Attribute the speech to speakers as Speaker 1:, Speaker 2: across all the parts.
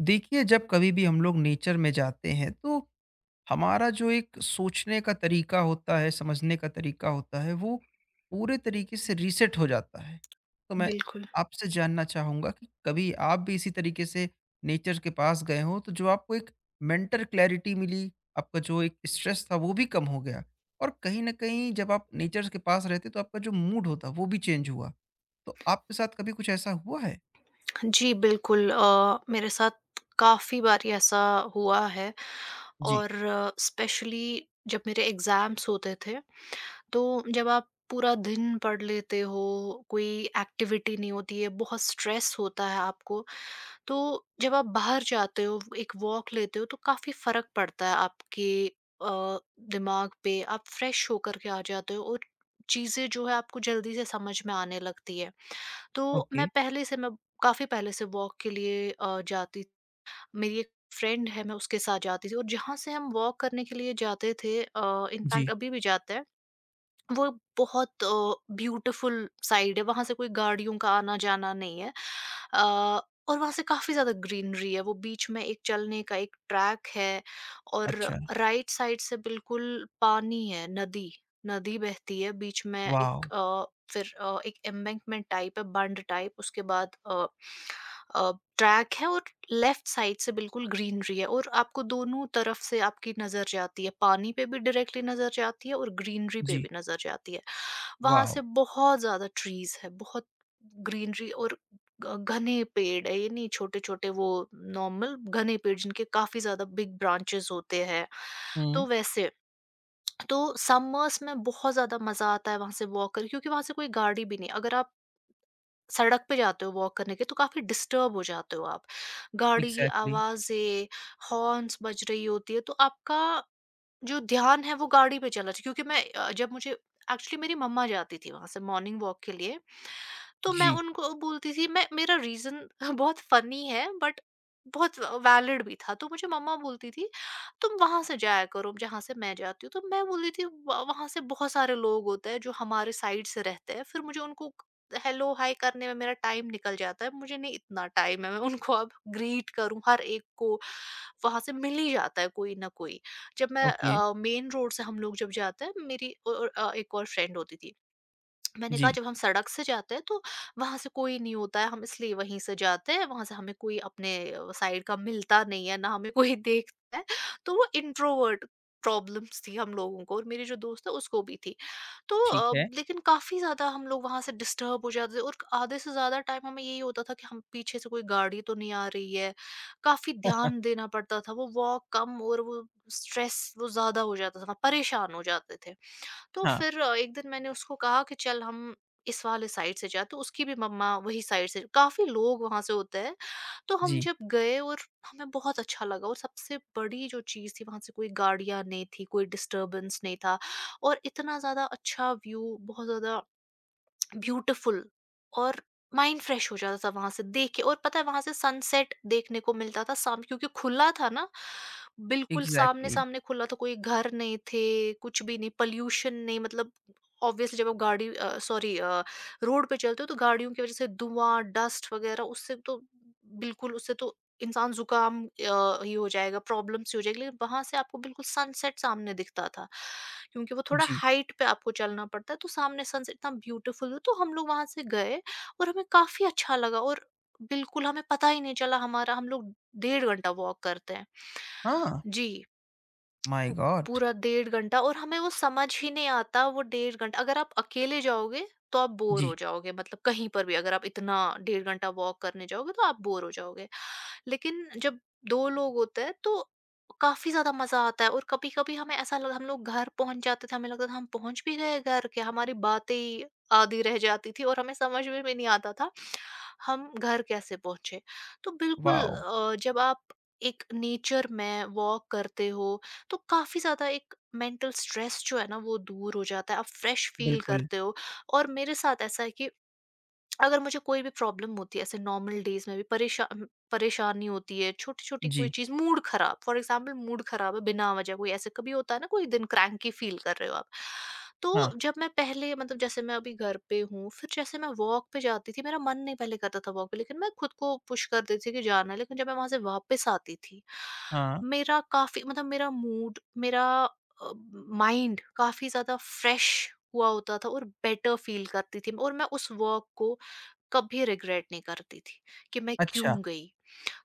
Speaker 1: देखिए, जब कभी भी हम लोग नेचर में जाते हैं, तो हमारा जो एक सोचने का तरीका होता है, समझने का तरीका होता है, वो पूरे तरीके से रीसेट हो जाता है। तो मैं
Speaker 2: बिल्कुल।
Speaker 1: आपसे जानना चाहूँगा कि कभी आप भी इसी तरीके से नेचर के पास गए हो, तो जो आपको एक मेंटल क्लैरिटी मिली, आपका जो एक स्ट्रेस था वो भी कम हो गया, और कहीं ना कहीं जब आप नेचर के पास रहते तो आपका जो मूड होता वो भी चेंज हुआ। तो आपके साथ कभी कुछ ऐसा हुआ है?
Speaker 2: जी, बिल्कुल मेरे साथ काफ़ी बारी ऐसा हुआ है
Speaker 1: जी।
Speaker 2: और स्पेशली जब मेरे एग्ज़ाम्स होते थे, तो जब आप पूरा दिन पढ़ लेते हो, कोई एक्टिविटी नहीं होती है, बहुत स्ट्रेस होता है आपको, तो जब आप बाहर जाते हो, एक वॉक लेते हो, तो काफ़ी फ़र्क पड़ता है आपके अ, दिमाग पे। आप फ्रेश होकर के आ जाते हो और चीज़ें जो है आपको जल्दी से समझ में आने लगती है। तो मैं
Speaker 1: ओके।
Speaker 2: पहले से मैं काफ़ी पहले से वॉक के लिए जाती मेरी एक फ्रेंड है मैं उसके साथ जाती थी और जहाँ से हम वॉक करने के लिए जाते थे इनफैक्ट
Speaker 1: जी।
Speaker 2: अभी भी जाते हैं। वो बहुत ब्यूटीफुल साइड है, वहां से कोई गाड़ियों का आना जाना नहीं है, अ, और वहां से काफी ज्यादा ग्रीनरी है, वो बीच में एक चलने का एक ट्रैक है और
Speaker 1: अच्छा।
Speaker 2: राइट साइड से बिल्कुल पानी है, नदी। नदी बहती है बीच में
Speaker 1: वाह।
Speaker 2: एक फिर एक एम्बैंकमेंट टाइप है, बंड टाइप, उसके बाद अ, ट्रैक है और लेफ्ट साइड से बिल्कुल ग्रीनरी है और आपको दोनों तरफ से आपकी नज़र जाती है। पानी पे भी डायरेक्टली नज़र जाती है और ग्रीनरी पे
Speaker 1: जी,
Speaker 2: भी नज़र जाती है। वहाँ
Speaker 1: वाओ!
Speaker 2: से बहुत ज़्यादा ट्रीज़ है, बहुत ग्रीनरी और घ घने पेड़ है, ये नहीं छोटे-छोटे, वो नॉर्मल घने पेड़ जिनके काफ़ी ज़्यादा बिग ब्रांचेज़ होते हैं।
Speaker 1: हुँ,
Speaker 2: तो वैसे, तो समर्स में बहुत ज़्यादा मज़ा आता है वहाँ से वॉक करके, क्योंकि वहाँ से कोई गाड़ी भी नहीं, अगर आप सड़क पे जाते हो वॉक करने के, तो काफ़ी डिस्टर्ब हो जाते हो आप। गाड़ी की
Speaker 1: एग्ज़ैक्टली।
Speaker 2: आवाज़ें, हॉर्न्स बज रही होती है तो आपका जो ध्यान है वो गाड़ी पे चला जाता है। क्योंकि मैं जब मुझे एक्चुअली मेरी मम्मा जाती थी वहाँ से मॉर्निंग वॉक के लिए तो मैं
Speaker 1: जी।
Speaker 2: उनको बोलती थी, मैं, मेरा रीज़न बहुत फ़नी है बट बहुत वैलिड भी था। तो मुझे मम्मा बोलती थी, "तुम वहाँ से जाया करो जहाँ से मैं जाती हूँ।" तो मैं बोलती थी, "व वहाँ से बहुत सारे लोग होते हैं जो हमारे साइड से रहते हैं, फिर मुझे उनको हेलो हाय करने में मेरा टाइम निकल जाता है, मुझे नहीं इतना टाइम है मैं उनको अब ग्रीट करूँ हर एक को।" वहाँ से मिल ही जाता है कोई ना कोई। जब मैं
Speaker 1: ओके।
Speaker 2: मेन रोड से हम लोग जब जाते हैं, मेरी एक और फ्रेंड होती थी। मैंने कहा
Speaker 1: जी।
Speaker 2: जब हम सड़क से जाते हैं तो वहां से कोई नहीं होता है, हम इसलिए वहीं से जाते हैं, वहां से हमें कोई अपने साइड का मिलता नहीं है ना हमें कोई देखता है। तो वो इंट्रोवर्ट प्रॉब्लम्स थी हम लोगों को, और मेरी जो दोस्त है उसको भी थी। तो
Speaker 1: ठीक है।
Speaker 2: लेकिन काफी ज्यादा हम लोग वहां से डिस्टर्ब हो जाते थे और आधे से ज्यादा टाइम हमें यही होता था कि हम पीछे से कोई गाड़ी तो नहीं आ रही है। काफी ध्यान देना पड़ता था, वो वॉक कम और वो स्ट्रेस वो ज्यादा हो जाता था, परेशान हो जाते थे। तो
Speaker 1: हाँ।
Speaker 2: फिर एक दिन मैंने उसको कहा कि चल हम इस वाले साइड से जाते, उसकी भी मम्मा वही साइड से, काफी लोग वहां से होते हैं। तो हम
Speaker 1: जी।
Speaker 2: जब गए और हमें बहुत अच्छा लगा, और सबसे बड़ी जो चीज थी वहां से कोई गाड़ियां नहीं थी, कोई डिस्टरबेंस नहीं था और इतना ज्यादा अच्छा व्यू, बहुत ज्यादा ब्यूटीफुल, और माइंड फ्रेश हो जाता था वहां से देख के। और पता है वहां से सनसेट देखने को मिलता था शाम, क्योंकि खुला था ना, बिल्कुल सामने
Speaker 1: एग्ज़ैक्टली।
Speaker 2: सामने खुला था, कोई घर नहीं थे कुछ भी नहीं, पॉल्यूशन नहीं, मतलब ऑब्वियसली जब आप गाड़ी, सॉरी, रोड पे चलते हो तो गाड़ियों की वजह से धुआं, डस्ट वगैरह, उससे तो बिल्कुल, उससे तो इंसान जुकाम ही हो जाएगा, प्रॉब्लम सी हो जाएगी। लेकिन वहाँ से आपको बिल्कुल सनसेट सामने दिखता था, क्योंकि वो थोड़ा
Speaker 1: जी।
Speaker 2: हाइट पे आपको चलना पड़ता है, तो सामने सनसेट इतना ब्यूटीफुल, तो हम लोग वहाँ से गए और हमें काफ़ी अच्छा लगा, और बिल्कुल हमें पता ही नहीं चला हमारा, हम लोग 1.5 घंटा वॉक करते हैं।
Speaker 1: हाँ।
Speaker 2: जी।
Speaker 1: माय
Speaker 2: पू-
Speaker 1: गॉड!
Speaker 2: पूरा 1.5 घंटा, और हमें वो समझ ही नहीं आता। वो 1.5 घंटा, अगर आप अकेले जाओगे तो आप बोर हो
Speaker 1: जी।
Speaker 2: जाओगे, मतलब कहीं पर भी अगर आप इतना 1.5 घंटा वॉक करने जाओगे तो आप बोर हो जाओगे। लेकिन जब दो लोग होते हैं तो काफी ज्यादा मजा आता है, और कभी कभी हमें ऐसा लग, हम लोग घर पहुंच जाते थे, हमें लगता था हम पहुंच भी गए घर के, हमारी बातें ही आधी रह जाती थी और हमें समझ में भी नहीं आता था हम घर कैसे पहुंचे। तो बिल्कुल,
Speaker 1: वाओ!
Speaker 2: जब आप एक नेचर में वॉक करते हो तो काफ़ी ज़्यादा एक मेंटल स्ट्रेस जो है ना वो दूर हो जाता है, आप फ्रेश फील
Speaker 1: बिल्कुल।
Speaker 2: करते हो। और मेरे साथ ऐसा है कि अगर मुझे कोई भी प्रॉब्लम होती है ऐसे नॉर्मल डेज में भी, परेशानी होती है, छोटी-छोटी कोई
Speaker 1: जी।
Speaker 2: चीज़, मूड ख़राब, फॉर एग्ज़ाम्पल मूड ख़राब है बिना वजह, कोई ऐसे कभी होता है ना, कोई दिन क्रैंकी फ़ील कर रहे हो आप। तो
Speaker 1: हाँ,
Speaker 2: जब मैं पहले, मतलब जैसे मैं अभी घर पे हूँ, फिर जैसे मैं वॉक पे जाती थी, मेरा मन नहीं पहले करता था वॉक पे, लेकिन मैं खुद को पुश कर देती थी कि जाना है, लेकिन जब मैं वहाँ से वापस आती थी
Speaker 1: हाँ।
Speaker 2: मेरा काफ़ी, मतलब मेरा मूड, मेरा माइंड काफ़ी ज़्यादा फ्रेश हुआ होता था और बेटर फ़ील करती थी और मैं उस वॉक को कभी रिग्रेट नहीं करती थी कि मैं
Speaker 1: अच्छा।
Speaker 2: क्यों गई।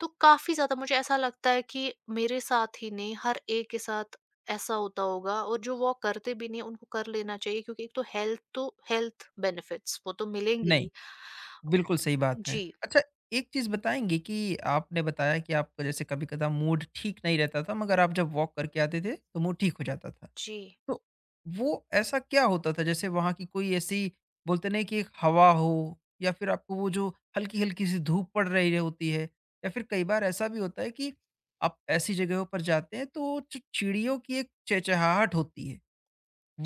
Speaker 2: तो काफ़ी ज़्यादा मुझे ऐसा लगता है कि मेरे साथ ही नहीं, हर एक के साथ ऐसा होता होगा, और जो वॉक करते भी नहीं उनको कर लेना चाहिए, क्योंकि एक तो हेल्थ, तो हेल्थ बेनिफिट्स वो तो मिलेंगे
Speaker 1: नहीं,
Speaker 2: ही।
Speaker 1: बिल्कुल सही बात है।
Speaker 2: जी,
Speaker 1: अच्छा, एक चीज़ बताएँगे कि आपने बताया कि आपका जैसे कभी-कदा मूड ठीक नहीं रहता था, मगर आप जब वॉक करके आते थे, तो मूड ठीक हो जाता था।
Speaker 2: जी,
Speaker 1: तो वो ऐसा क्या होता था? जैसे वहाँ की कोई ऐसी बोलते नहीं कि एक हवा हो, या फिर आपको वो जो हल्की-हल्की सी धूप पड़ रही होती है, या फिर कई बार ऐसा भी होता है कि आप ऐसी जगहों पर जाते हैं तो जो चिड़ियों की एक चहचहाहट होती है,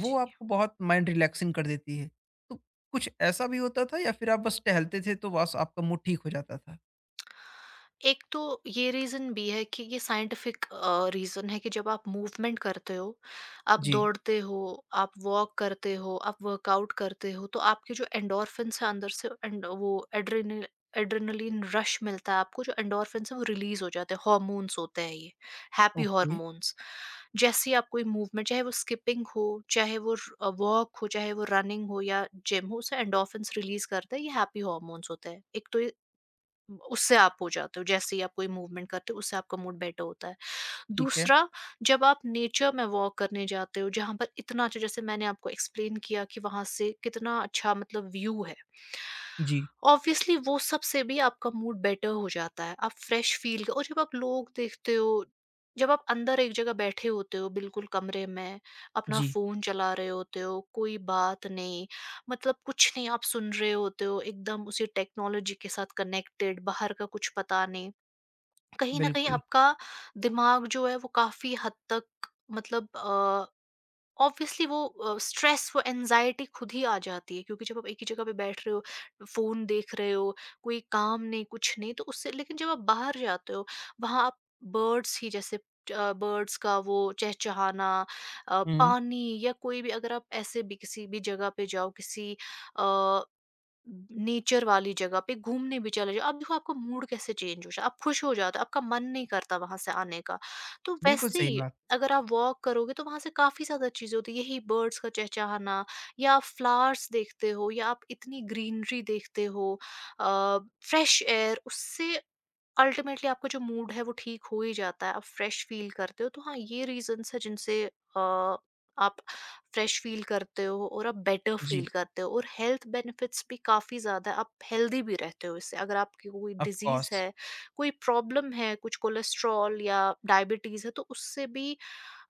Speaker 1: वो
Speaker 2: जी।
Speaker 1: आपको बहुत माइंड रिलैक्सिंग कर देती है। तो कुछ ऐसा भी होता था या फिर आप बस टहलते थे तो बस आपका मूड ठीक हो जाता था?
Speaker 2: एक तो ये रीज़न भी है, कि ये साइंटिफिक रीज़न है, कि जब आप मूवमेंट करते हो, आप
Speaker 1: जी।
Speaker 2: दौड़ते हो, आप वॉक करते हो, आप वर्कआउट करते हो, तो आपके जो एंडोर्फिन्स हैं अंदर से, एंड वो एड्रेनलिन रश मिलता है आपको, जो एंडोर्फिन्स हैं वो रिलीज़ हो जाते हैं, हॉर्मोन्स होते हैं ये, हैप्पी
Speaker 1: ओके।
Speaker 2: हॉर्मोन्स। जैसे ही आप कोई मूवमेंट, चाहे वो स्किपिंग हो, चाहे वो र वॉक हो, चाहे वो रनिंग हो या जिम हो, उससे एंडोर्फिन्स रिलीज़ करते हैं, ये हैप्पी हॉर्मोन्स होते हैं। एक तो ये, उससे आप हो जाते हो, जैसे ही आप कोई मूवमेंट करते हो उससे आपका मूड बेटर होता है।
Speaker 1: ठीक है।
Speaker 2: दूसरा, जब आप नेचर में वॉक करने जाते हो जहाँ पर इतना अच्छा, जैसे मैंने आपको एक्सप्लेन किया कि वहाँ से कितना अच्छा मतलब व्यू है।
Speaker 1: जी।
Speaker 2: ऑब्वियसली वो सबसे भी आपका मूड बेटर हो जाता है, आप फ्रेश फ़ील। और जब आप लोग देखते हो, जब आप अंदर एक जगह बैठे होते हो बिल्कुल कमरे में, अपना
Speaker 1: जी।
Speaker 2: फ़ोन चला रहे होते हो, कोई बात नहीं, मतलब कुछ नहीं आप सुन रहे होते हो, एकदम उसी टेक्नोलॉजी के साथ कनेक्टेड, बाहर का कुछ पता नहीं, कहीं न कहीं
Speaker 1: बिल्कुल।
Speaker 2: आपका दिमाग जो है वो काफ़ी हद तक, मतलब ऑब्वियसली वो स्ट्रेस वो एंजाइटी खुद ही आ जाती है, क्योंकि जब आप एक ही जगह पे बैठ रहे हो, फोन देख रहे हो, कोई काम नहीं कुछ नहीं, तो उससे, लेकिन जब आप बाहर जाते हो, वहां आप बर्ड्स ही जैसे, बर्ड्स का वो चहचहाना,
Speaker 1: हुँ,
Speaker 2: पानी, या कोई भी, अगर आप ऐसे भी किसी भी जगह पे जाओ, किसी नेचर वाली जगह पे घूमने भी चले जाओ, अब देखो आपका मूड कैसे चेंज हो जाए, आप खुश हो जाते हो, आपका मन नहीं करता वहाँ से आने का। तो
Speaker 1: बिल्कुल
Speaker 2: वैसे
Speaker 1: सही
Speaker 2: ही
Speaker 1: बात।
Speaker 2: अगर आप वॉक करोगे तो वहाँ से काफ़ी ज़्यादा चीज़ें होती हैं, यही बर्ड्स का चहचहाना, या आप फ्लावर्स देखते हो या आप इतनी ग्रीनरी देखते हो, अ, फ्रेश एयर, उससे अल्टीमेटली आपका जो मूड है वो ठीक हो ही जाता है, आप फ्रेश फील करते हो। तो हाँ, ये रीज़न्स हैं जिनसे आप फ्रेश फ़ील करते हो, और आप बेटर फ़ील
Speaker 1: जी।
Speaker 2: करते हो, और हेल्थ बेनिफिट्स भी काफ़ी ज़्यादा है, आप हेल्दी भी रहते हो इससे। अगर आपकी कोई
Speaker 1: ऑफ
Speaker 2: डिज़ीज़
Speaker 1: कोर्स।
Speaker 2: है, कोई प्रॉब्लम है, कुछ कोलेस्ट्रॉल या डायबिटीज़ है, तो उससे भी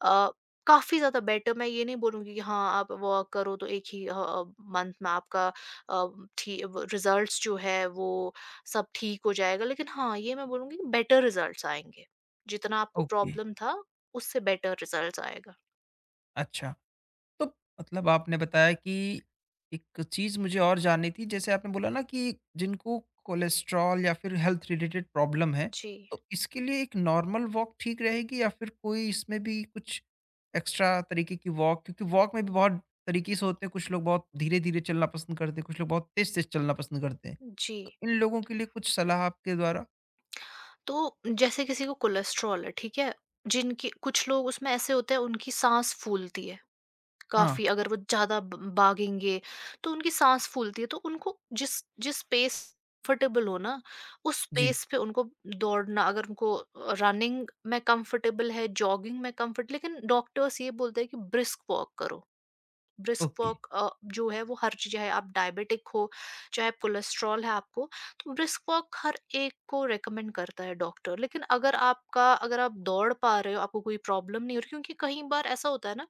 Speaker 2: अ, काफ़ी ज़्यादा बेटर, मैं ये नहीं बोलूँगी कि हाँ, आप वर्क करो तो एक ही मंथ में आपका अ, ठी व रिज़ल्ट्स जो है वो सब ठीक हो जाएगा। लेकिन हाँ, ये मैं बोलूँगी कि बेटर रिज़ल्ट्स आएँगे। जितना आपको
Speaker 1: ओके।
Speaker 2: प्रॉब्लम था, उससे बेटर रिज़ल्ट्स आएगा।
Speaker 1: अच्छा, तो आपने बताया कि एक चीज़ मुझे और जाननी थी, जैसे आपने बोला ना कि जिनको कोलेस्ट्रॉल या फिर हेल्थ रिलेटेड प्रॉब्लम है,
Speaker 2: जी।
Speaker 1: तो इसके लिए एक नॉर्मल वॉक ठीक रहेगी या फिर कोई इसमें भी कुछ एक्स्ट्रा तरीके की वॉक, क्योंकि वॉक में भी बहुत तरीके से होते हैं, कुछ लोग बहुत धीरे-धीरे चलना पसंद करते हैं, कुछ लोग बहुत तेज़-तेज़ चलना पसंद करते हैं।
Speaker 2: जी।
Speaker 1: तो इन लोगों के लिए कुछ सलाह आपके द्वारा।
Speaker 2: तो जैसे किसी को कोलेस्ट्रॉल है, ठीक है? जिनकी कुछ लोग उसमें ऐसे होते हैं, उनकी साँस फूलती है,
Speaker 1: हाँ।
Speaker 2: काफ़ी अगर वो ज़्यादा ब भागेंगे तो उनकी साँस फूलती है। तो उनको जिस जिस स्पेस कंफर्टेबल हो ना, उस
Speaker 1: जी।
Speaker 2: स्पेस पे उनको दौड़ना, अगर उनको रनिंग में कंफर्टेबल है, जॉगिंग में कंफर्ट, लेकिन डॉक्टर्स ये बोलते हैं कि ब्रिस्क वॉक करो। Brisk
Speaker 1: okay.
Speaker 2: वॉक जो है वो हर चीज़, चाहे आप डायबिटिक हो, चाहे आप कोलेस्ट्रॉल है आपको, तो ब्रिस्क वॉक हर एक को रिकमेंड करता है डॉक्टर। लेकिन अगर आप दौड़ पा रहे हो, आपको कोई प्रॉब्लम नहीं हो रही, क्योंकि कई बार ऐसा होता है ना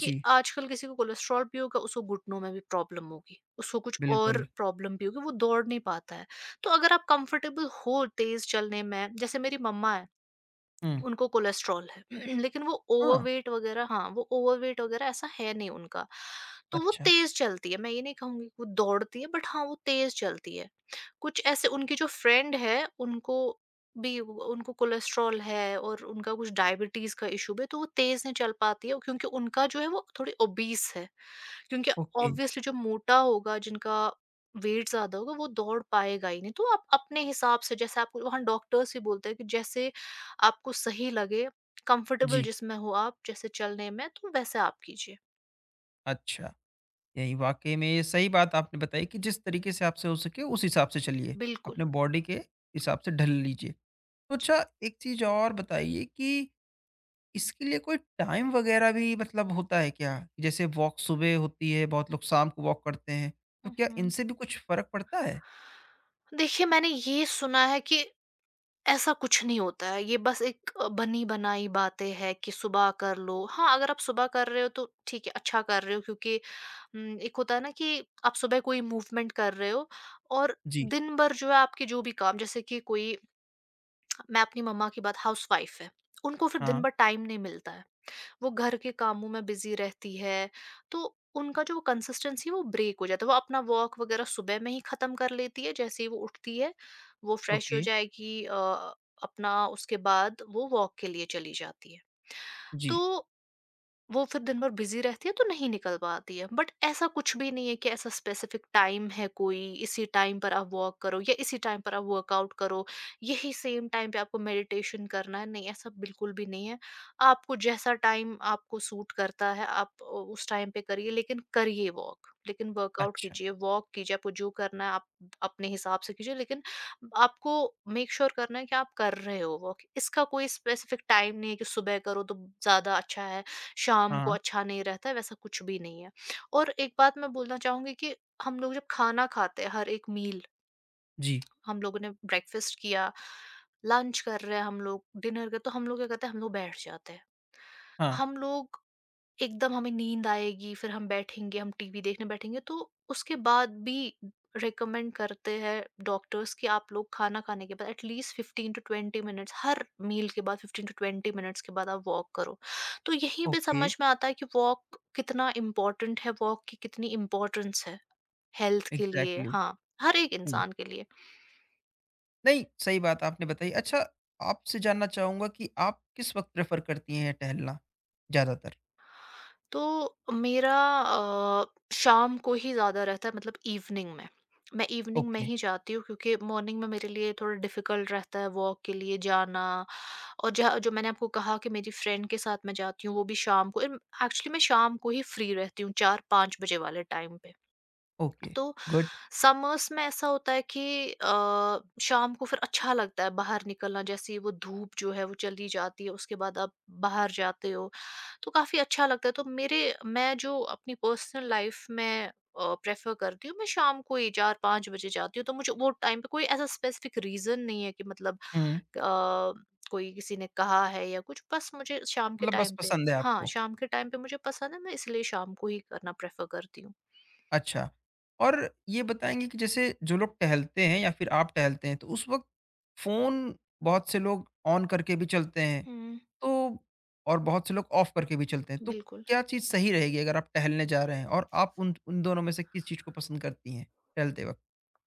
Speaker 2: कि आजकल किसी को कोलेस्ट्रॉल भी होगा, उसको घुटनों में भी प्रॉब्लम होगी, उसको कुछ
Speaker 1: बिल्कुल।
Speaker 2: और प्रॉब्लम भी होगी, वो दौड़ नहीं पाता है। तो अगर आप कंफर्टेबल हो तेज़ चलने में, जैसे मेरी मम्मा हैं,
Speaker 1: हुँ।
Speaker 2: उनको कोलेस्ट्रॉल है लेकिन वो
Speaker 1: हाँ।
Speaker 2: ओवरवेट वगैरह हाँ, वो ओवरवेट वगैरह ऐसा है नहीं उनका। तो वो
Speaker 1: अच्छा।
Speaker 2: तेज चलती है, मैं ये नहीं कहूंगी कि वो दौड़ती है, बट हाँ वो तेज चलती है। कुछ ऐसे उनकी जो फ्रेंड है, उनको भी उनको कोलेस्ट्रॉल है और उनका कुछ डायबिटीज का इशू भी है, तो वो तेज नहीं चल पाती है क्योंकि उनका जो है वो थोड़ी ओबीस है। क्योंकि
Speaker 1: ओके।
Speaker 2: ऑब्वियसली जो मोटा होगा, जिनका वेट ज्यादा होगा, वो दौड़ पाएगा ही नहीं। तो आप अपने हिसाब से, जैसे आपको वहाँ डॉक्टर्स भी बोलते हैं कि जैसे आपको सही लगे, कंफर्टेबल
Speaker 1: जी।
Speaker 2: जिसमें हो आप, जैसे चलने में तो वैसे आप कीजिए।
Speaker 1: अच्छा। यही वाकई में ये सही बात आपने बताई कि जिस तरीके से आपसे हो सके उस हिसाब से चलिए,
Speaker 2: बिल्कुल।
Speaker 1: अपने बॉडी के हिसाब से ढल लीजिए। तो अच्छा, एक चीज़ और बताइए कि इसके लिए कोई टाइम वग़ैरह भी होता है क्या? जैसे वॉक सुबह होती है, बहुत लोग शाम को वॉक करते हैं, तो क्या
Speaker 2: हम्म
Speaker 1: इनसे भी कुछ फ़र्क पड़ता है?
Speaker 2: देखिए, मैंने ये सुना है कि ऐसा कुछ नहीं होता है, ये बस एक बनी बनाई बातें हैं कि सुबह कर लो। हाँ, अगर आप सुबह कर रहे हो तो ठीक है, अच्छा कर रहे हो, क्योंकि एक होता है ना कि आप सुबह कोई मूवमेंट कर रहे हो और
Speaker 1: जी।
Speaker 2: दिन भर जो है आपके जो भी काम, जैसे कि कोई, मैं अपनी मम्मा की बात, हाउसवाइफ है, उनको फिर दिन
Speaker 1: हाँ।
Speaker 2: भर टाइम नहीं मिलता है। वो घर के कामों में बिज़ी रहती है, तो उनका जो कंसिस्टेंसी है वो ब्रेक हो जाता है। वो अपना वॉक वग़ैरह सुबह में ही ख़त्म कर लेती है, जैसे ही वो उठती है, वो फ्रेश
Speaker 1: ओके।
Speaker 2: हो जाएगी, अपना, उसके बाद वो वॉक के लिए चली जाती है।
Speaker 1: जी।
Speaker 2: तो वो फिर दिन भर बिज़ी रहती है तो नहीं निकल पाती है। बट ऐसा कुछ भी नहीं है कि ऐसा स्पेसिफ़िक टाइम है कोई, इसी टाइम पर आप वॉक करो या इसी टाइम पर आप वर्कआउट करो, यही सेम टाइम पे आपको मेडिटेशन करना है, नहीं ऐसा बिल्कुल भी नहीं है। आपको जैसा टाइम आपको सूट करता है, आप उस टाइम पे करिए, लेकिन करिए वॉक। लेकिन वर्कआउट
Speaker 1: अच्छा।
Speaker 2: कीजिए, वॉक कीजिए, आपको जो करना है आप अपने हिसाब से कीजिए, लेकिन आपको मेक श्योर करना है कि आप कर रहे हो वॉक। इसका कोई स्पेसिफ़िक टाइम नहीं है कि सुबह करो तो ज़्यादा अच्छा है, शाम को
Speaker 1: हाँ।
Speaker 2: अच्छा नहीं रहता है, वैसा कुछ भी नहीं है। और एक बात मैं बोलना चाहूँगी कि हम लोग जब खाना खाते हैं, हर एक मील,
Speaker 1: जी।
Speaker 2: हम लोगों ने ब्रेकफ़ास्ट किया, लंच कर रहे हैं हम लोग, डिनर का तो हम लोग क्या करते हैं, हम लोग बैठ जाते हैं।
Speaker 1: हाँ।
Speaker 2: हम लोग एकदम हमें नींद आएगी, फिर हम बैठेंगे, हम टीवी देखने बैठेंगे, तो उसके बाद भी रिकमेंड करते हैं डॉक्टर्स कि आप लोग खाना खाने के बाद एटलीस्ट 15 टू 20 मिनट्स, हर मील के बाद 15 टू 20 मिनट्स के बाद आप वॉक करो। तो यहीं पे
Speaker 1: ओके।
Speaker 2: समझ में आता है कि वॉक कितना इम्पोर्टेंट है, वॉक की कितनी इम्पोर्टेंस है हेल्थ के लिए,
Speaker 1: एग्ज़ैक्टली।
Speaker 2: हाँ, हर एक
Speaker 1: हुँ।
Speaker 2: इंसान के लिए।
Speaker 1: नहीं, सही बात आपने बताई। अच्छा, आपसे जानना चाहूँगा कि आप किस वक़्त प्रेफ़र करती हैं टहलना ज़्यादातर?
Speaker 2: तो मेरा अ, शाम को ही ज़्यादा रहता है, मतलब इवनिंग में। मैं इवनिंग में
Speaker 1: ओके।
Speaker 2: ही जाती हूँ क्योंकि मॉर्निंग में मेरे लिए थोड़ा डिफ़िकल्ट रहता है वॉक के लिए जाना, और जहाँ जो मैंने आपको कहा कि मेरी फ्रेंड के साथ मैं जाती हूँ वो भी शाम को, एक्चुअली मैं शाम को ही फ्री रहती हूँ 4-5 बजे वाले टाइम पे।
Speaker 1: ओके।
Speaker 2: तो
Speaker 1: गुड।
Speaker 2: समर्स में ऐसा होता है कि शाम को फिर अच्छा लगता है बाहर निकलना, जैसे ही वो धूप जो है वो चली जाती है उसके बाद आप बाहर जाते हो। तो काफ़ी अच्छा लगता है। तो मेरे मैं जो अपनी पर्सनल लाइफ में प्रेफ़र करती हूँ, मैं शाम को ही 4-5 बजे जाती हूँ, तो मुझे वो टाइम पे कोई ऐसा स्पेसिफ़िक रीज़न नहीं है कि, मतलब,
Speaker 1: हुँ,
Speaker 2: कोई, किसी ने कहा है या कुछ, बस मुझे शाम के
Speaker 1: मतलब बस
Speaker 2: टाइम पे
Speaker 1: पसंद है
Speaker 2: हाँ,
Speaker 1: आपको।
Speaker 2: शाम के टाइम पे मुझे पसंद है, मैं इसलिए शाम को ही करना प्रेफ़र करती हूँ।
Speaker 1: अच्छा, और ये बताएँगे कि जैसे जो लोग टहलते हैं या फिर आप टहलते हैं, तो उस वक़्त फ़ोन बहुत से लोग ऑन करके भी चलते हैं,
Speaker 2: हुँ।
Speaker 1: तो और बहुत से लोग ऑफ़ करके भी चलते हैं। तो
Speaker 2: बिल्कुल।
Speaker 1: क्या चीज़ सही रहेगी अगर आप टहलने जा रहे हैं, और आप उन उन दोनों में से किस चीज़ को पसंद करती हैं टहलते वक़्त?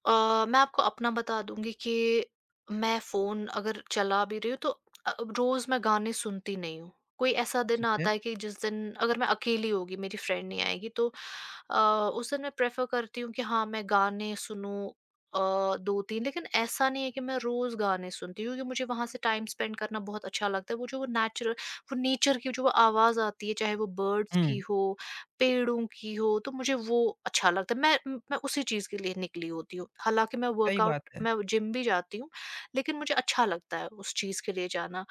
Speaker 2: मैं आपको अपना बता दूँगी कि मैं फ़ोन अगर चला भी रही हूँ तो रोज़ मैं गाने सुनती नहीं हूँ। कोई ऐसा दिन
Speaker 1: ठीक है।
Speaker 2: आता है कि जिस दिन अगर मैं अकेली होगी, मेरी फ्रेंड नहीं आएगी तो उस दिन मैं प्रेफ़र करती हूँ कि हाँ, मैं गाने सुनूँ, अ, 2-3, लेकिन ऐसा नहीं है कि मैं रोज़ गाने सुनती हूँ क्योंकि मुझे वहाँ से टाइम स्पेंड करना बहुत अच्छा लगता है। वो नेचर की जो आवाज़ आती है, चाहे वो बर्ड्स की
Speaker 1: हुँ,
Speaker 2: हो, पेड़ों की हो, तो मुझे वो अच्छा लगता है। मैं उसी चीज़ के लिए निकली होती हूँ। हालाँकि मैं
Speaker 1: सही
Speaker 2: वर्कआउट
Speaker 1: बात है।
Speaker 2: मैं जिम भी जाती हूँ, लेकिन मुझे अच्छा लगता है उस चीज़ के लिए जाना।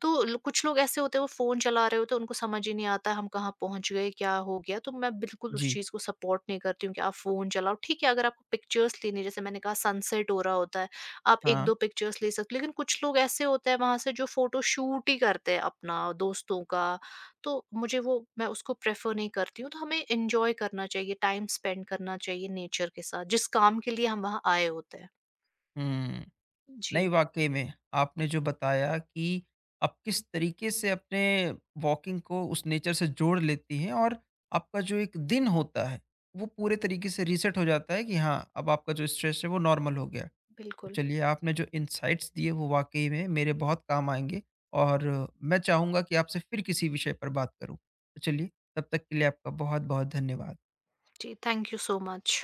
Speaker 2: तो ल कुछ लोग ऐसे होते हैं वो फ़ोन चला रहे होते हैं, उनको समझ ही नहीं आता हम कहाँ पहुँच गए, क्या हो गया? तो मैं बिल्कुल उस
Speaker 1: जी।
Speaker 2: चीज़ को सपोर्ट नहीं करती हूँ कि आप फ़ोन चलाओ। ठीक है, अगर आपको पिक्चर्स लेनी है, जैसे मैंने कहा सनसेट हो रहा होता है, आप
Speaker 1: हाँ।
Speaker 2: 1-2 पिक्चर्स ले सकते हो। लेकिन कुछ लोग ऐसे होते हैं वहाँ से जो फ़ोटो शूट ही करते हैं अपना दोस्तों का, तो मुझे वो मैं उसको प्रेफ़र नहीं करती हूँ। तो हमें एन्जॉय करना चाहिए, टाइम स्पेंड करना चाहिए नेचर के साथ, जिस काम के लिए हम वहाँ आए होते हैं।
Speaker 1: हुँ। नहीं,
Speaker 2: जी।
Speaker 1: वाक़ई में आपने जो बताया कि आप किस तरीके से अपने वॉकिंग को उस नेचर से जोड़ लेती हैं, और आपका जो एक दिन होता है, वो पूरे तरीके से रीसेट हो जाता है कि हाँ, अब आपका जो स्ट्रेस है वो नॉर्मल हो गया है। तो
Speaker 2: बिल्कुल।
Speaker 1: चलिए, आपने जो इनसाइट्स दिए वो वाक़ई में मेरे बहुत काम आएँगे, और मैं चाहूँगा कि आपसे फिर किसी विषय पर बात करूँ। तो चलिए, तब तक के लिए आपका बहुत-बहुत धन्यवाद।
Speaker 2: जी, थैंक यू सो मच।